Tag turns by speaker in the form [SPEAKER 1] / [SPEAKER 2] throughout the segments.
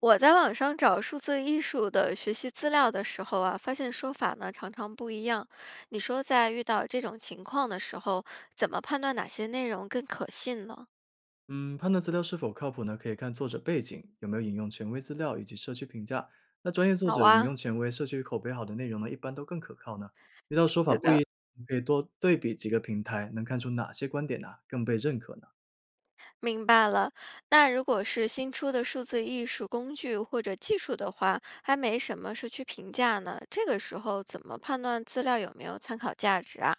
[SPEAKER 1] 我在网上找数字艺术的学习资料的时候啊，发现说法呢常常不一样。你说在遇到这种情况的时候，怎么判断哪些内容更可信呢？
[SPEAKER 2] 嗯，判断资料是否靠谱呢，可以看作者背景有没有引用权威资料以及社区评价。那专业作
[SPEAKER 1] 好
[SPEAKER 2] 者引
[SPEAKER 1] 啊，
[SPEAKER 2] 用权威、社区口碑好的内容呢，一般都更可靠呢。遇到说法
[SPEAKER 1] 是
[SPEAKER 2] 不
[SPEAKER 1] 的，
[SPEAKER 2] 一，可以多对比几个平台，能看出哪些观点呢、更被认可呢？
[SPEAKER 1] 明白了。那如果是新出的数字艺术工具或者技术的话，还没什么社区评价呢，这个时候怎么判断资料有没有参考价值啊？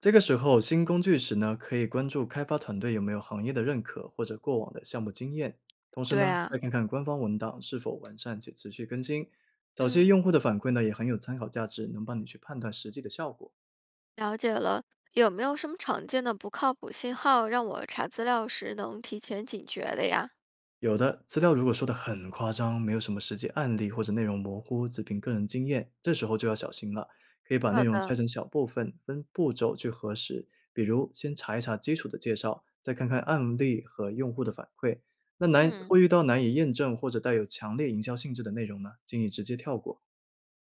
[SPEAKER 2] 这个时候，新工具时呢，可以关注开发团队有没有行业的认可或者过往的项目经验，同时
[SPEAKER 1] 对
[SPEAKER 2] 呢，
[SPEAKER 1] 啊，
[SPEAKER 2] 再看看官方文档是否完善且持续更新。早期
[SPEAKER 1] 嗯。
[SPEAKER 2] 用户的反馈呢，也很有参考价值，能帮你去判断实际的效果。
[SPEAKER 1] 了解了，有没有什么常见的不靠谱信号，让我查资料时能提前警觉的呀？
[SPEAKER 2] 有的，资料如果说的很夸张，没有什么实际案例或者内容模糊，只凭个人经验，这时候就要小心了。可以把内
[SPEAKER 1] 好
[SPEAKER 2] 容拆
[SPEAKER 1] 的，
[SPEAKER 2] 成小部分，分步骤去核实。比如，先查一查基础的介绍，再看看案例和用户的反馈。那难
[SPEAKER 1] 嗯，
[SPEAKER 2] 会遇到难以验证或者带有强烈营销性质的内容呢，建议直接跳过。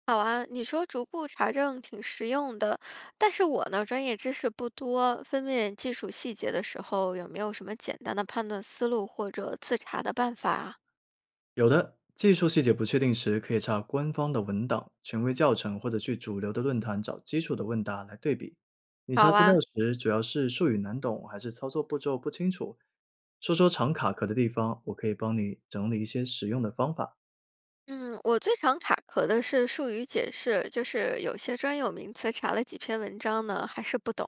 [SPEAKER 1] 好啊。你说逐步查证挺实用的，但是我呢，专业知识不多，分辨技术细节的时候，有没有什么简单的判断思路或者自查的办法啊
[SPEAKER 2] 有的，技术细节不确定时，可以查官方的文档、权威教程，或者去主流的论坛找基础的问答来对比。你查
[SPEAKER 1] 好
[SPEAKER 2] 资料
[SPEAKER 1] 啊，
[SPEAKER 2] 时，主要是术语难懂，还是操作步骤不清楚？说说常卡壳的地方，我可以帮你整理一些实用的方法。
[SPEAKER 1] 嗯，我最常卡壳的是术语解释，就是有些专有名词查了几篇文章呢，还是不懂；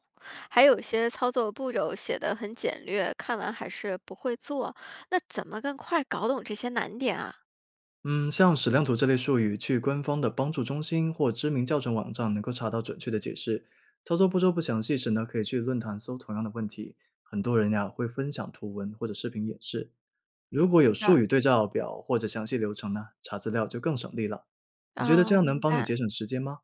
[SPEAKER 1] 还有些操作步骤写得很简略，看完还是不会做。那怎么更快搞懂这些难点啊？
[SPEAKER 2] 嗯，像矢量图这类术语，去官方的帮助中心或知名教程网站能够查到准确的解释。操作步骤不详细时呢，可以去论坛搜同样的问题，很多人呀会分享图文或者视频演示。如果有
[SPEAKER 1] 的
[SPEAKER 2] 术语对照表或者详细流程呢，查资料就更省力了。你觉得这
[SPEAKER 1] 啊，
[SPEAKER 2] 样能
[SPEAKER 1] 明
[SPEAKER 2] 帮你
[SPEAKER 1] 白。
[SPEAKER 2] 节省时间吗？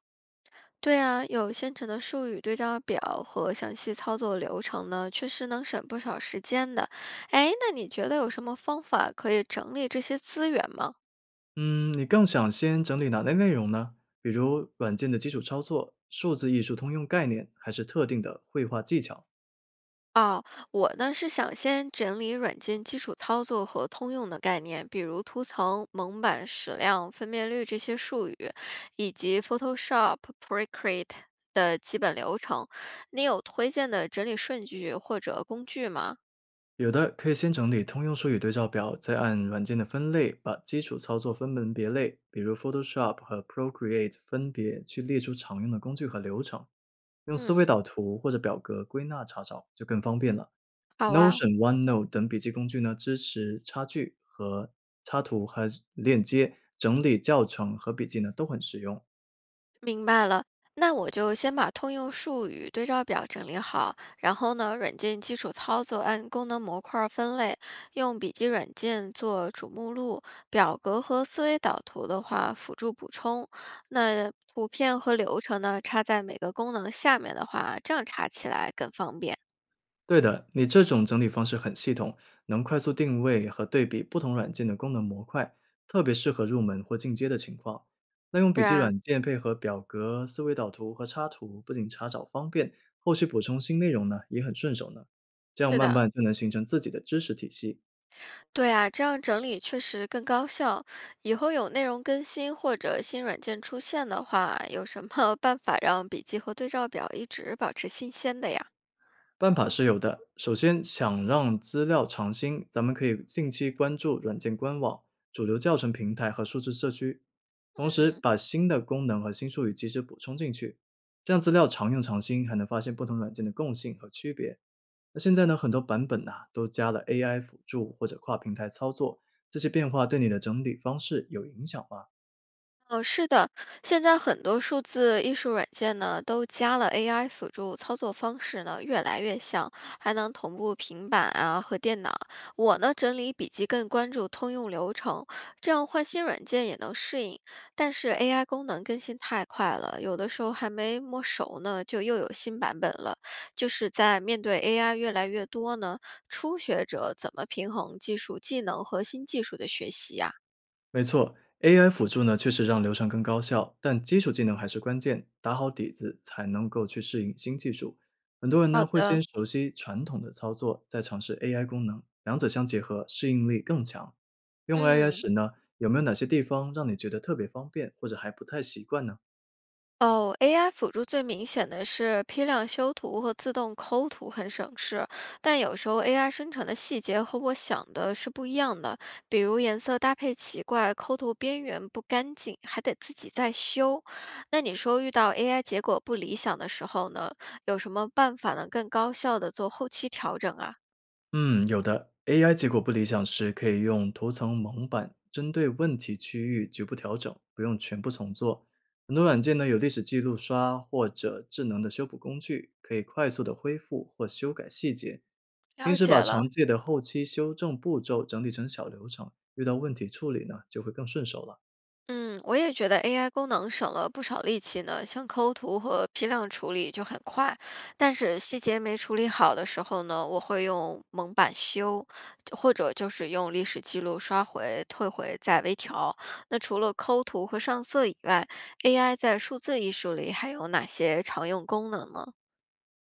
[SPEAKER 1] 对啊，有现成的术语对照表和详细操作流程呢，确实能省不少时间的。哎，那你觉得有什么方法可以整理这些资源吗？
[SPEAKER 2] 嗯，你更想先整理哪类内容呢？比如软件的基础操作、数字艺术通用概念，还是特定的绘画技巧？
[SPEAKER 1] 哦，我呢是想先整理软件基础操作和通用的概念，比如图层、蒙版、矢量、分辨率这些术语，以及 Photoshop、Procreate 的基本流程。你有推荐的整理顺序或者工具吗？
[SPEAKER 2] 有的可以先整理通用术语对照表，再按软件的分类，把基础操作分门别类，比如 Photoshop 和 Procreate 分别去列出常用的工具和流程，用思维
[SPEAKER 1] 嗯，
[SPEAKER 2] 导图或者表格归纳查找就更方便了。
[SPEAKER 1] 好啊。
[SPEAKER 2] Notion、OneNote 等笔记工具呢，支持插图和链接，整理教程和笔记呢都很实用。
[SPEAKER 1] 明白了，那我就先把通用术语对照表整理好，然后呢，软件基础操作按功能模块儿分类，用笔记软件做主目录，表格和思维导图的话辅助补充。那图片和流程呢，插在每个功能下面的话，这样查起来更方便。
[SPEAKER 2] 对的，你这种整理方式很系统，能快速定位和对比不同软件的功能模块，特别适合入门或进阶的情况。那用笔
[SPEAKER 1] 是
[SPEAKER 2] 记
[SPEAKER 1] 啊，
[SPEAKER 2] 软件配合表格、思维导图和插图，不仅查找方便，后续补充新内容呢也很顺手呢。这样
[SPEAKER 1] 是
[SPEAKER 2] 慢
[SPEAKER 1] 的，
[SPEAKER 2] 慢就能形成自己的知识体系。
[SPEAKER 1] 对啊，这样整理确实更高效。以后有内容更新或者新软件出现的话，有什么 办法让笔记和对照表一直保持新鲜的呀？
[SPEAKER 2] 办法是有的。首先，想让资料常新，咱们可以近期关注软件官网、主流教程平台和数字社区，同时
[SPEAKER 1] 嗯，
[SPEAKER 2] 把新的功能和新术语及时补充进去，这样资料常用常新，还能发现不同软件的共性和区别。那现在呢，很多版本呐、都加了 AI 辅助或者跨平台操作，这些变化对你的整理方式有影响吗？
[SPEAKER 1] 哦，是的，现在很多数字艺术软件呢，都加了 AI 辅助，操作方式呢越来越像，还能同步平板啊和电脑。我呢整理笔记更关注通用流程，这样换新软件也能适应。但是 AI 功能更新太快了，有的时候还没摸熟呢，就又有新版本了。就是在面对 AI 越来越多呢，初学者怎么平衡技术技能和新技术的学习呀？
[SPEAKER 2] 没错，AI 辅助呢确实让流程更高效，但基础技能还是关键，打好底子才能够去适应新技术。很多人呢
[SPEAKER 1] 好
[SPEAKER 2] 会
[SPEAKER 1] 的，
[SPEAKER 2] 先熟悉传统的操作，再尝试 AI 功能，两者相结合，适应力更强。用 AI
[SPEAKER 1] 嗯。
[SPEAKER 2] 时呢，有没有哪些地方让你觉得特别方便，或者还不太习惯呢？
[SPEAKER 1] 哦，AI 辅助最明显的是批量修图和自动抠图很省事，但有时候 AI 生成的细节和我想的是不一样的，比如颜色搭配奇怪，抠图边缘不干净，还得自己再修。那你说遇到 AI 结果不理想的时候呢，有什么办法能更高效的做后期调整啊？
[SPEAKER 2] 嗯，有的。AI 结果不理想时，可以用图层蒙版针对问题区域局部调整，不用全部重做。很多软件呢有历史记录刷或者智能的修补工具，可以快速的恢复或修改细节。平
[SPEAKER 1] 了
[SPEAKER 2] 时
[SPEAKER 1] 解
[SPEAKER 2] 把常
[SPEAKER 1] 了。
[SPEAKER 2] 见的后期修正步骤整理成小流程，遇到问题处理呢就会更顺手了。
[SPEAKER 1] 嗯，我也觉得 AI 功能省了不少力气呢，像抠图和批量处理就很快，但是细节没处理好的时候呢，我会用蒙版修，就或者就是用历史记录刷回、退回再微调。那除了抠图和上色以外，AI 在数字艺术里还有哪些常用功能呢？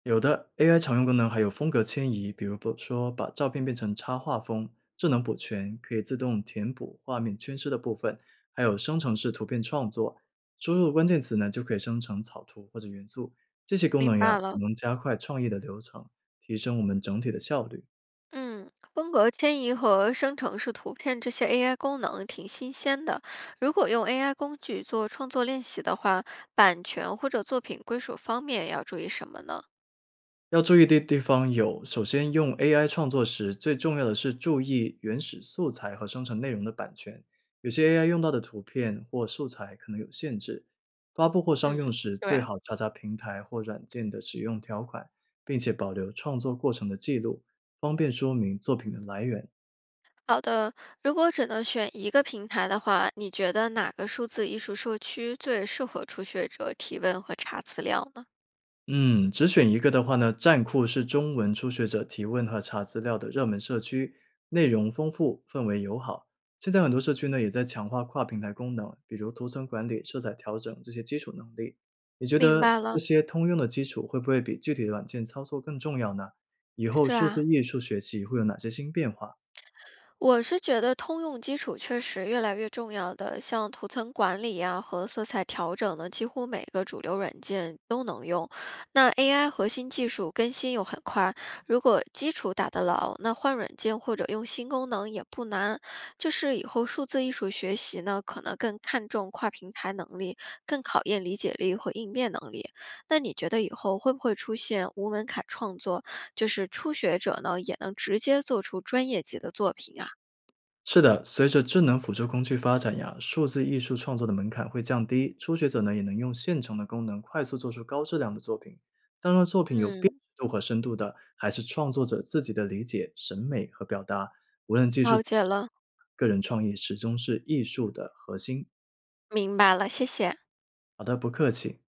[SPEAKER 2] 有的 AI 常用功能还有风格迁移，比如不说把照片变成插画风，智能补全可以自动填补画面缺失的部分，还有生成式图片创作，输入关键词呢就可以生成草图或者元素。这些功
[SPEAKER 1] 明
[SPEAKER 2] 能
[SPEAKER 1] 白
[SPEAKER 2] 呀，
[SPEAKER 1] 了。
[SPEAKER 2] 能加快创意的流程，提升我们整体的效率。
[SPEAKER 1] 嗯，风格迁移和生成式图片这些 AI 功能挺新鲜的。如果用 AI 工具做创作练习的话，版权或者作品归属方面要注意什么呢？
[SPEAKER 2] 要注意的地方有：首先，用 AI 创作时，最重要的是注意原始素材和生成内容的版权。有些 AI 用到的图片或素材可能有限制。发布或商用
[SPEAKER 1] 嗯，
[SPEAKER 2] 时，最
[SPEAKER 1] 对。
[SPEAKER 2] 好查查平台或软件的使用条款，并且保留创作过程的记录，方便说明作品的来源。
[SPEAKER 1] 好的，如果只能选一个平台的话，你觉得哪个数字艺术社区最适合初学者提问和查资料呢？
[SPEAKER 2] 嗯，只选一个的话呢，站酷是中文初学者提问和查资料的热门社区，内容丰富，氛围友好。现在很多社区呢也在强化跨平台功能，比如图层管理、色彩调整这些基础能力。你觉
[SPEAKER 1] 明
[SPEAKER 2] 得
[SPEAKER 1] 白
[SPEAKER 2] 这
[SPEAKER 1] 了，
[SPEAKER 2] 些通用的基础会不会比具体的软件操作更重要呢？以后
[SPEAKER 1] 是
[SPEAKER 2] 数字
[SPEAKER 1] 啊，
[SPEAKER 2] 艺术学习会有哪些新变化？
[SPEAKER 1] 我是觉得通用基础确实越来越重要的，像图层管理呀、和色彩调整呢，几乎每个主流软件都能用。那 AI 核心技术更新又很快，如果基础打得牢，那换软件或者用新功能也不难。就是以后数字艺术学习呢，可能更看重跨平台能力，更考验理解力和应变能力。那你觉得以后会不会出现无门槛创作，就是初学者呢也能直接做出专业级的作品啊？
[SPEAKER 2] 是的，随着智能辅助工具发展呀，数字艺术创作的门槛会降低，初学者呢也能用现成的功能快速做出高质量的作品。当然，作品有辨
[SPEAKER 1] 嗯，
[SPEAKER 2] 识度和深度的，还是创作者自己的理解、审美和表达。无论技术，
[SPEAKER 1] 了解了，
[SPEAKER 2] 个人创意始终是艺术的核心。
[SPEAKER 1] 明白了，谢谢。
[SPEAKER 2] 好的，不客气。